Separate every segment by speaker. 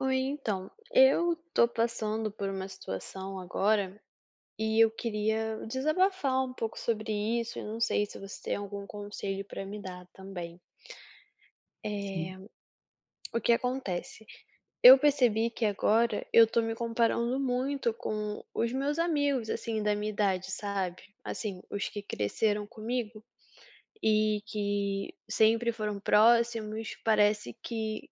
Speaker 1: Oi, então, eu tô passando por uma situação agora e eu queria desabafar um pouco sobre isso, e não sei se você tem algum conselho pra me dar também. Eh,
Speaker 2: Sim,
Speaker 1: o que acontece? Eu percebi que agora eu tô me comparando muito com os meus amigos, assim, da minha idade, sabe? Assim, os que cresceram comigo e que sempre foram próximos, parece que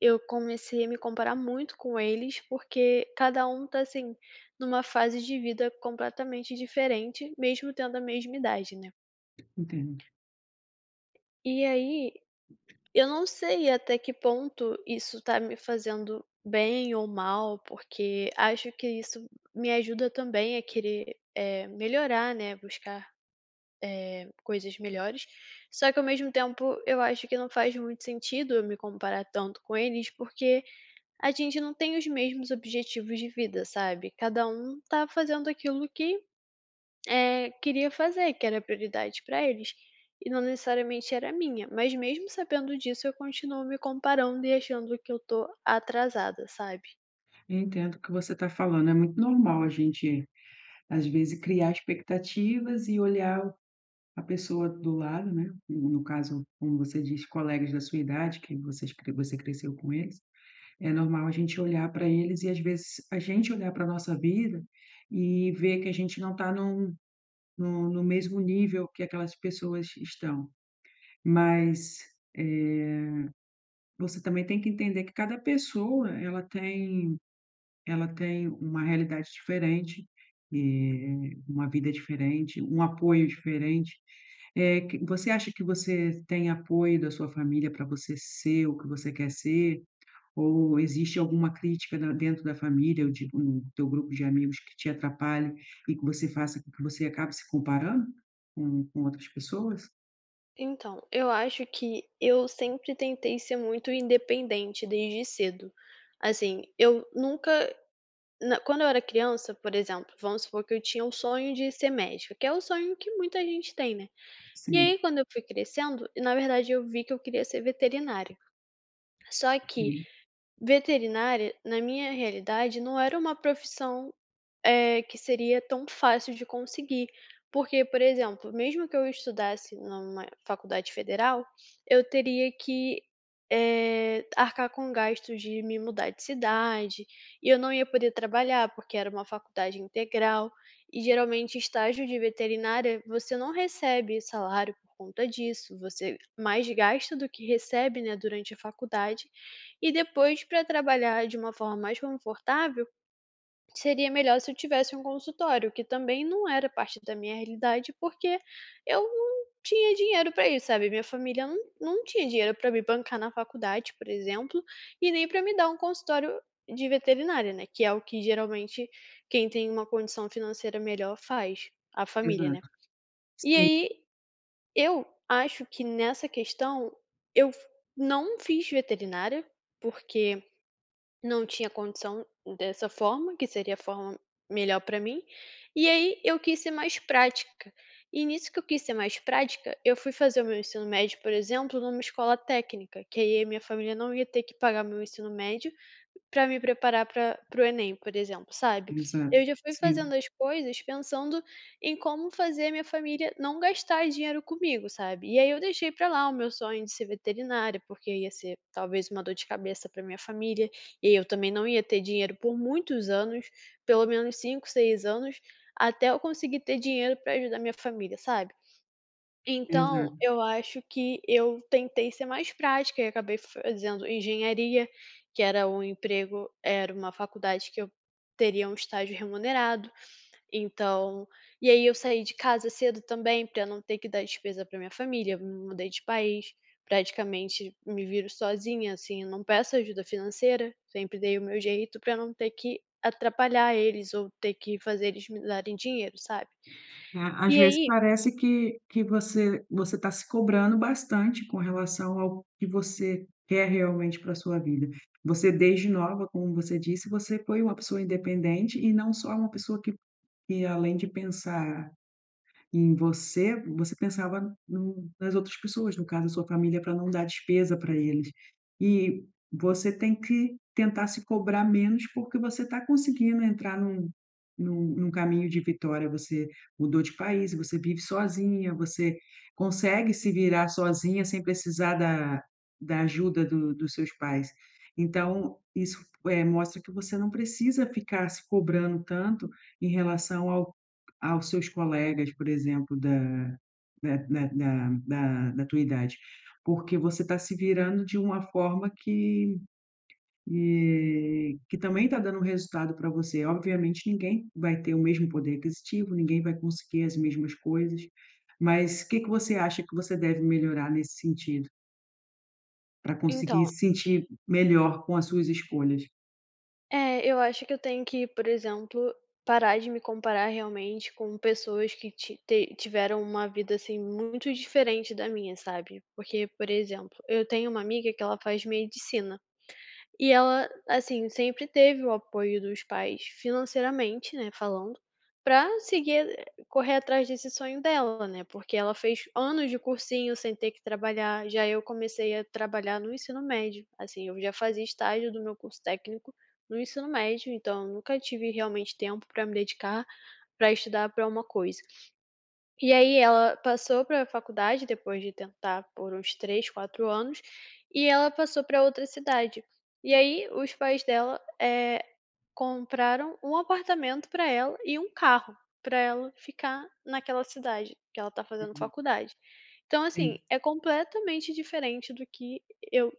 Speaker 1: eu comecei a me comparar muito com eles, porque cada um tá, assim, numa fase de vida completamente diferente, mesmo tendo a mesma idade, né.
Speaker 2: entendo.
Speaker 1: E aí, eu não sei até que ponto isso tá me fazendo bem ou mal, porque acho que isso me ajuda também a querer, melhorar, né, buscar, coisas melhores. Só que ao mesmo tempo eu acho que não faz muito sentido eu me comparar tanto com eles, porque a gente não tem os mesmos objetivos de vida, sabe. Cada um tá fazendo aquilo que, queria fazer, que era prioridade pra eles, e não necessariamente era minha. Mas mesmo sabendo disso, eu continuo me comparando e achando que eu tô atrasada, sabe.
Speaker 2: Eu entendo o que você está falando, é muito normal a gente, às vezes, criar expectativas e olhar a pessoa do lado, né, no caso, como você diz, colegas da sua idade, que você cresceu com eles, é normal a gente olhar para eles e, às vezes, a gente olhar pra nossa vida e ver que a gente não está no mesmo nível que aquelas pessoas estão. Mas, eh, você também tem que entender que cada pessoa, ela tem uma realidade diferente, uma vida diferente, um apoio diferente. Eh, que você acha que você tem apoio da sua família para você ser o que você quer ser? Ou existe alguma crítica da dentro da família, eu digo, no teu grupo de amigos que te atrapalhe e que você faça com que você acabe se comparando com outras pessoas?
Speaker 1: Então, eu acho que eu sempre tentei ser muito independente desde cedo. Assim, eu nunca na quando eu era criança, por exemplo, vamos supor que eu tinha o sonho de ser médica, que é o sonho que muita gente tem, né. E
Speaker 2: Sim,
Speaker 1: aí quando eu fui crescendo, na verdade eu vi que eu queria ser veterinária. Só que
Speaker 2: sim,
Speaker 1: veterinária, na minha realidade, não era uma profissão, que seria tão fácil de conseguir. Porque, por exemplo, mesmo que eu estudasse numa faculdade federal, eu teria que, arcar com gastos de me mudar de cidade, e eu não ia poder trabalhar, porque era uma faculdade integral. E geralmente estágio de veterinária, você não recebe salário por conta disso, você mais gasta do que recebe, né, durante a faculdade, e depois, para trabalhar de uma forma mais confortável, seria melhor se eu tivesse um consultório, que também não era parte da minha realidade, porque eu não tinha dinheiro para isso, sabe. Minha família não tinha dinheiro para me bancar na faculdade, por exemplo, e nem para me dar um consultório de veterinária, né, que é o que geralmente quem tem uma condição financeira melhor faz, a família, né.
Speaker 2: exato.
Speaker 1: E
Speaker 2: Sim,
Speaker 1: aí, eu acho que nessa questão eu não fiz veterinária, porque não tinha condição dessa forma, que seria a forma melhor para mim, e aí eu quis ser mais prática. E nisso que eu quis ser mais prática, eu fui fazer o meu ensino médio, por exemplo, numa escola técnica, que aí a minha família não ia ter que pagar meu ensino médio para me preparar pra para o Enem, por exemplo, sabe.
Speaker 2: exato.
Speaker 1: Eu já fui
Speaker 2: Sim,
Speaker 1: fazendo as coisas pensando em como fazer minha família não gastar dinheiro comigo, sabe. E aí eu deixei para lá o meu sonho de ser veterinária, porque ia ser talvez uma dor de cabeça para minha família, e aí eu também não ia ter dinheiro por muitos anos, pelo menos 5, 6 anos, até eu conseguir ter dinheiro para ajudar minha família, sabe. Então,
Speaker 2: exato.
Speaker 1: eu acho que eu tentei ser mais prática e acabei fazendo engenharia, que era um emprego era uma faculdade que eu teria um estágio remunerado, então e aí eu saí de casa cedo também para não ter que dar despesa para minha família, me mudei de país, praticamente me viro sozinha, assim, não peço ajuda financeira, sempre dei o meu jeito para não ter que atrapalhar eles ou ter que fazer eles me darem dinheiro, sabe.
Speaker 2: É,
Speaker 1: E
Speaker 2: às vezes
Speaker 1: aí
Speaker 2: parece que você está se cobrando bastante com relação ao que você quer realmente para sua vida. Você desde nova, como você disse, você foi uma pessoa independente e não só uma pessoa que, além de pensar em você, você pensava nas outras pessoas, no caso a sua família, para não dar despesa para eles. E você tem que tentar se cobrar menos, porque você está conseguindo entrar num num caminho de vitória. Você mudou de país, você vive sozinha, você consegue se virar sozinha sem precisar da ajuda do dos seus pais. Então isso, mostra que você não precisa ficar se cobrando tanto em relação ao aos seus colegas, por exemplo, da tua idade, porque você está se virando de uma forma que, que também está dando resultado para você. Obviamente, ninguém vai ter o mesmo poder aquisitivo, ninguém vai conseguir as mesmas coisas, mas o que que você acha que você deve melhorar nesse sentido, para conseguir
Speaker 1: então
Speaker 2: se sentir melhor com as suas escolhas?
Speaker 1: é, eu acho que eu tenho que, por exemplo, parar de me comparar realmente com pessoas que ti te tiveram uma vida, assim, muito diferente da minha, sabe. Porque, por exemplo, eu tenho uma amiga que ela faz medicina. E ela, assim, sempre teve o apoio dos pais financeiramente, né, falando, pra seguir correr atrás desse sonho dela, né, porque ela fez anos de cursinho sem ter que trabalhar, já eu comecei a trabalhar no ensino médio, assim, eu já fazia estágio do meu curso técnico no ensino médio, então eu nunca tive realmente tempo pra me dedicar pra estudar pra uma coisa. E aí ela passou pra faculdade, depois de tentar por uns 3, 4 anos, e ela passou para outra cidade. E aí os pais dela, compraram um apartamento para ela e um carro para ela ficar naquela cidade que ela está fazendo
Speaker 2: Uhum,
Speaker 1: faculdade. Então, assim,
Speaker 2: sim,
Speaker 1: é completamente diferente do que eu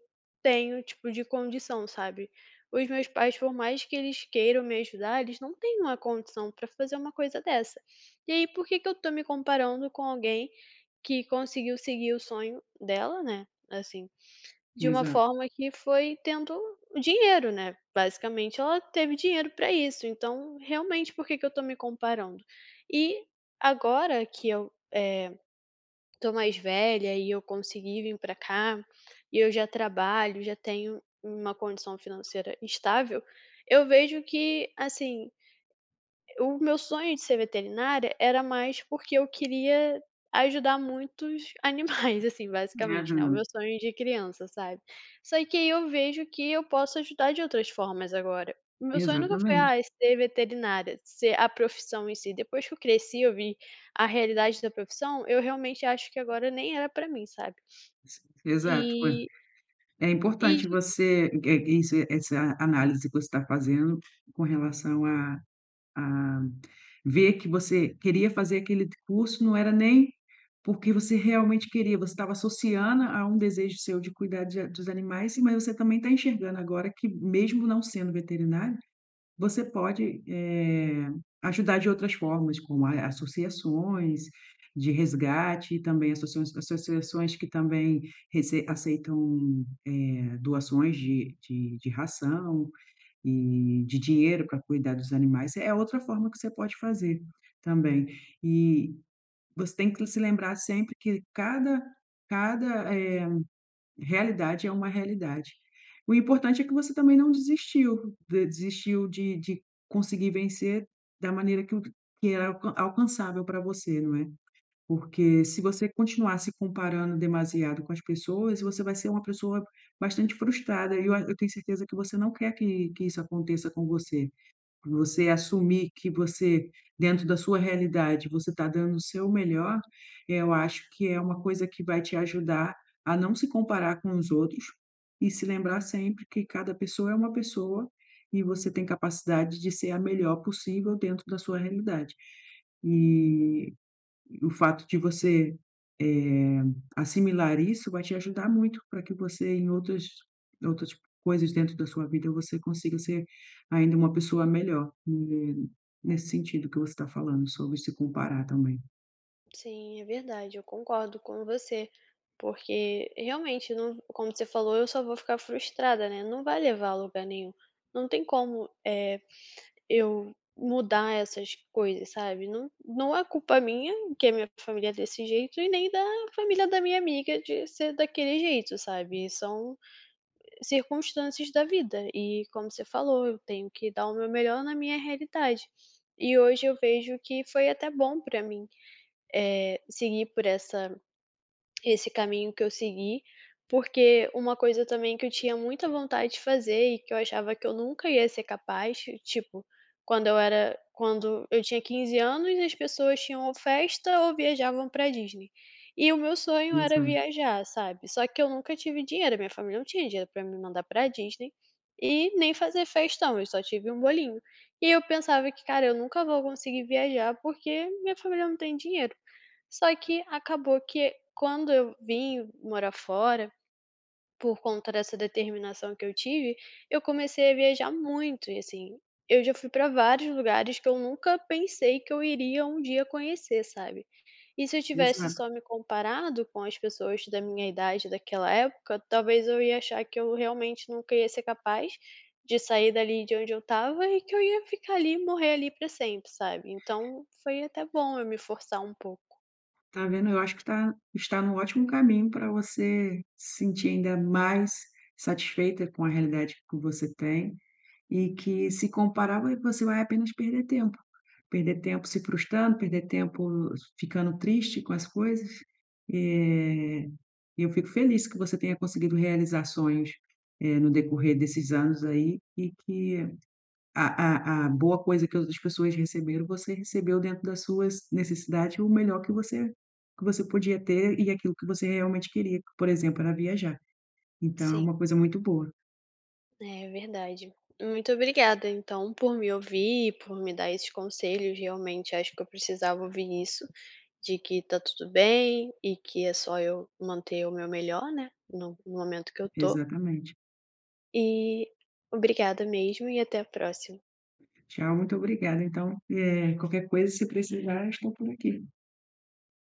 Speaker 1: tenho, tipo, de condição, sabe. Os meus pais, por mais que eles queiram me ajudar, eles não têm uma condição para fazer uma coisa dessa. E aí, por que que eu tô me comparando com alguém que conseguiu seguir o sonho dela, né, assim, de uma
Speaker 2: exato.
Speaker 1: forma que foi tendo o dinheiro, né, basicamente ela teve dinheiro pra isso, então realmente por que que eu tô me comparando? E agora que tô mais velha e eu consegui vim pra cá, e eu já trabalho, já tenho uma condição financeira estável, eu vejo que, assim, o meu sonho de ser veterinária era mais porque eu queria ajudar muitos animais, assim, basicamente, né, o meu
Speaker 2: Aham,
Speaker 1: sonho de criança, sabe. Só que aí eu vejo que eu posso ajudar de outras formas agora. O meu sonho nunca foi:
Speaker 2: exatamente.
Speaker 1: "Ah, ser veterinária", ser a profissão em si. Depois que eu cresci, eu vi a realidade da profissão, eu realmente acho que agora nem era pra mim, sabe.
Speaker 2: Exato.
Speaker 1: E
Speaker 2: É
Speaker 1: e
Speaker 2: importante você, é isso, é, essa análise que você está fazendo com relação a ver que você queria fazer aquele curso, não era nem porque você realmente queria, você estava associando a um desejo seu de cuidar de dos animais, mas você também está enxergando agora que mesmo não sendo veterinário, você pode, ajudar de outras formas, como a associações de resgate e também assoções associações que também rece aceitam, doações de ração e de dinheiro para cuidar dos animais, é outra forma que você pode fazer também. E você tem que se lembrar sempre que cada realidade é uma realidade. O importante é que você também não desistiu, de desistiu de conseguir vencer da maneira que o que era alcançável para você, não é. Porque se você continuar se comparando demasiado com as pessoas, você vai ser uma pessoa bastante frustrada e eu tenho certeza que você não quer que isso aconteça com você. Você assumir que você, dentro da sua realidade, você está dando o seu melhor, eu acho que é uma coisa que vai te ajudar a não se comparar com os outros e se lembrar sempre que cada pessoa é uma pessoa e você tem capacidade de ser a melhor possível dentro da sua realidade. E o fato de você, eh, assimilar isso vai te ajudar muito para que você em outras outras coisas dentro da sua vida, você consiga ser ainda uma pessoa melhor, nesse sentido que você está falando sobre se comparar também.
Speaker 1: Sim, é verdade, eu concordo com você, porque realmente não como você falou, eu só vou ficar frustrada, né, não vai levar a lugar nenhum. Não tem como, é eu mudar essas coisas, sabe. Não é culpa minha que a minha família é desse jeito e nem da família da minha amiga de ser daquele jeito, sabe. São circunstâncias da vida e, como você falou, eu tenho que dar o meu melhor na minha realidade. E hoje eu vejo que foi até bom pra mim seguir por essa esse caminho que eu segui, porque uma coisa também que eu tinha muita vontade de fazer e que eu achava que eu nunca ia ser capaz, tipo, quando eu tinha 15 anos, as pessoas tinham ou festa ou viajavam pra Disney. E o meu sonho era
Speaker 2: Exato,
Speaker 1: viajar, sabe, só que eu nunca tive dinheiro, minha família não tinha dinheiro pra me mandar pra Disney e nem fazer festão, eu só tive um bolinho. E eu pensava que: "Cara, eu nunca vou conseguir viajar, porque minha família não tem dinheiro". Só que acabou que quando eu vim morar fora, por conta dessa determinação que eu tive, eu comecei a viajar muito e, assim, eu já fui para vários lugares que eu nunca pensei que eu iria um dia conhecer, sabe. E se eu tivesse
Speaker 2: exato.
Speaker 1: só me comparado com as pessoas da minha idade daquela época, talvez eu ia achar que eu realmente nunca ia ser capaz de sair dali de onde eu estava e que eu ia ficar ali, morrer ali para sempre, sabe. Então foi até bom eu me forçar um pouco.
Speaker 2: Tá vendo, eu acho que está no ótimo caminho para você se sentir ainda mais satisfeita com a realidade que você tem. E que se comparar, vo você vai apenas perder tempo. Perder tempo se frustrando, perder tempo ficando triste com as coisas. Eh, e eu fico feliz que você tenha conseguido realizar sonhos, no decorrer desses anos aí e que a boa coisa que outras pessoas receberam, você recebeu dentro das suas necessidades o melhor que você podia ter e aquilo que você realmente queria, que, por exemplo, era viajar. Então é
Speaker 1: Sim.
Speaker 2: uma coisa muito boa.
Speaker 1: É verdade. Muito obrigada, então, por me ouvir, por me dar esses conselhos. Realmente acho que eu precisava ouvir isso, de que tá tudo bem e que é só eu manter o meu melhor, né, no momento que eu tô.
Speaker 2: Exatamente.
Speaker 1: E obrigada mesmo e até a próxima.
Speaker 2: Tchau, muito obrigada. Então, é, qualquer coisa, se precisar, estou por aqui.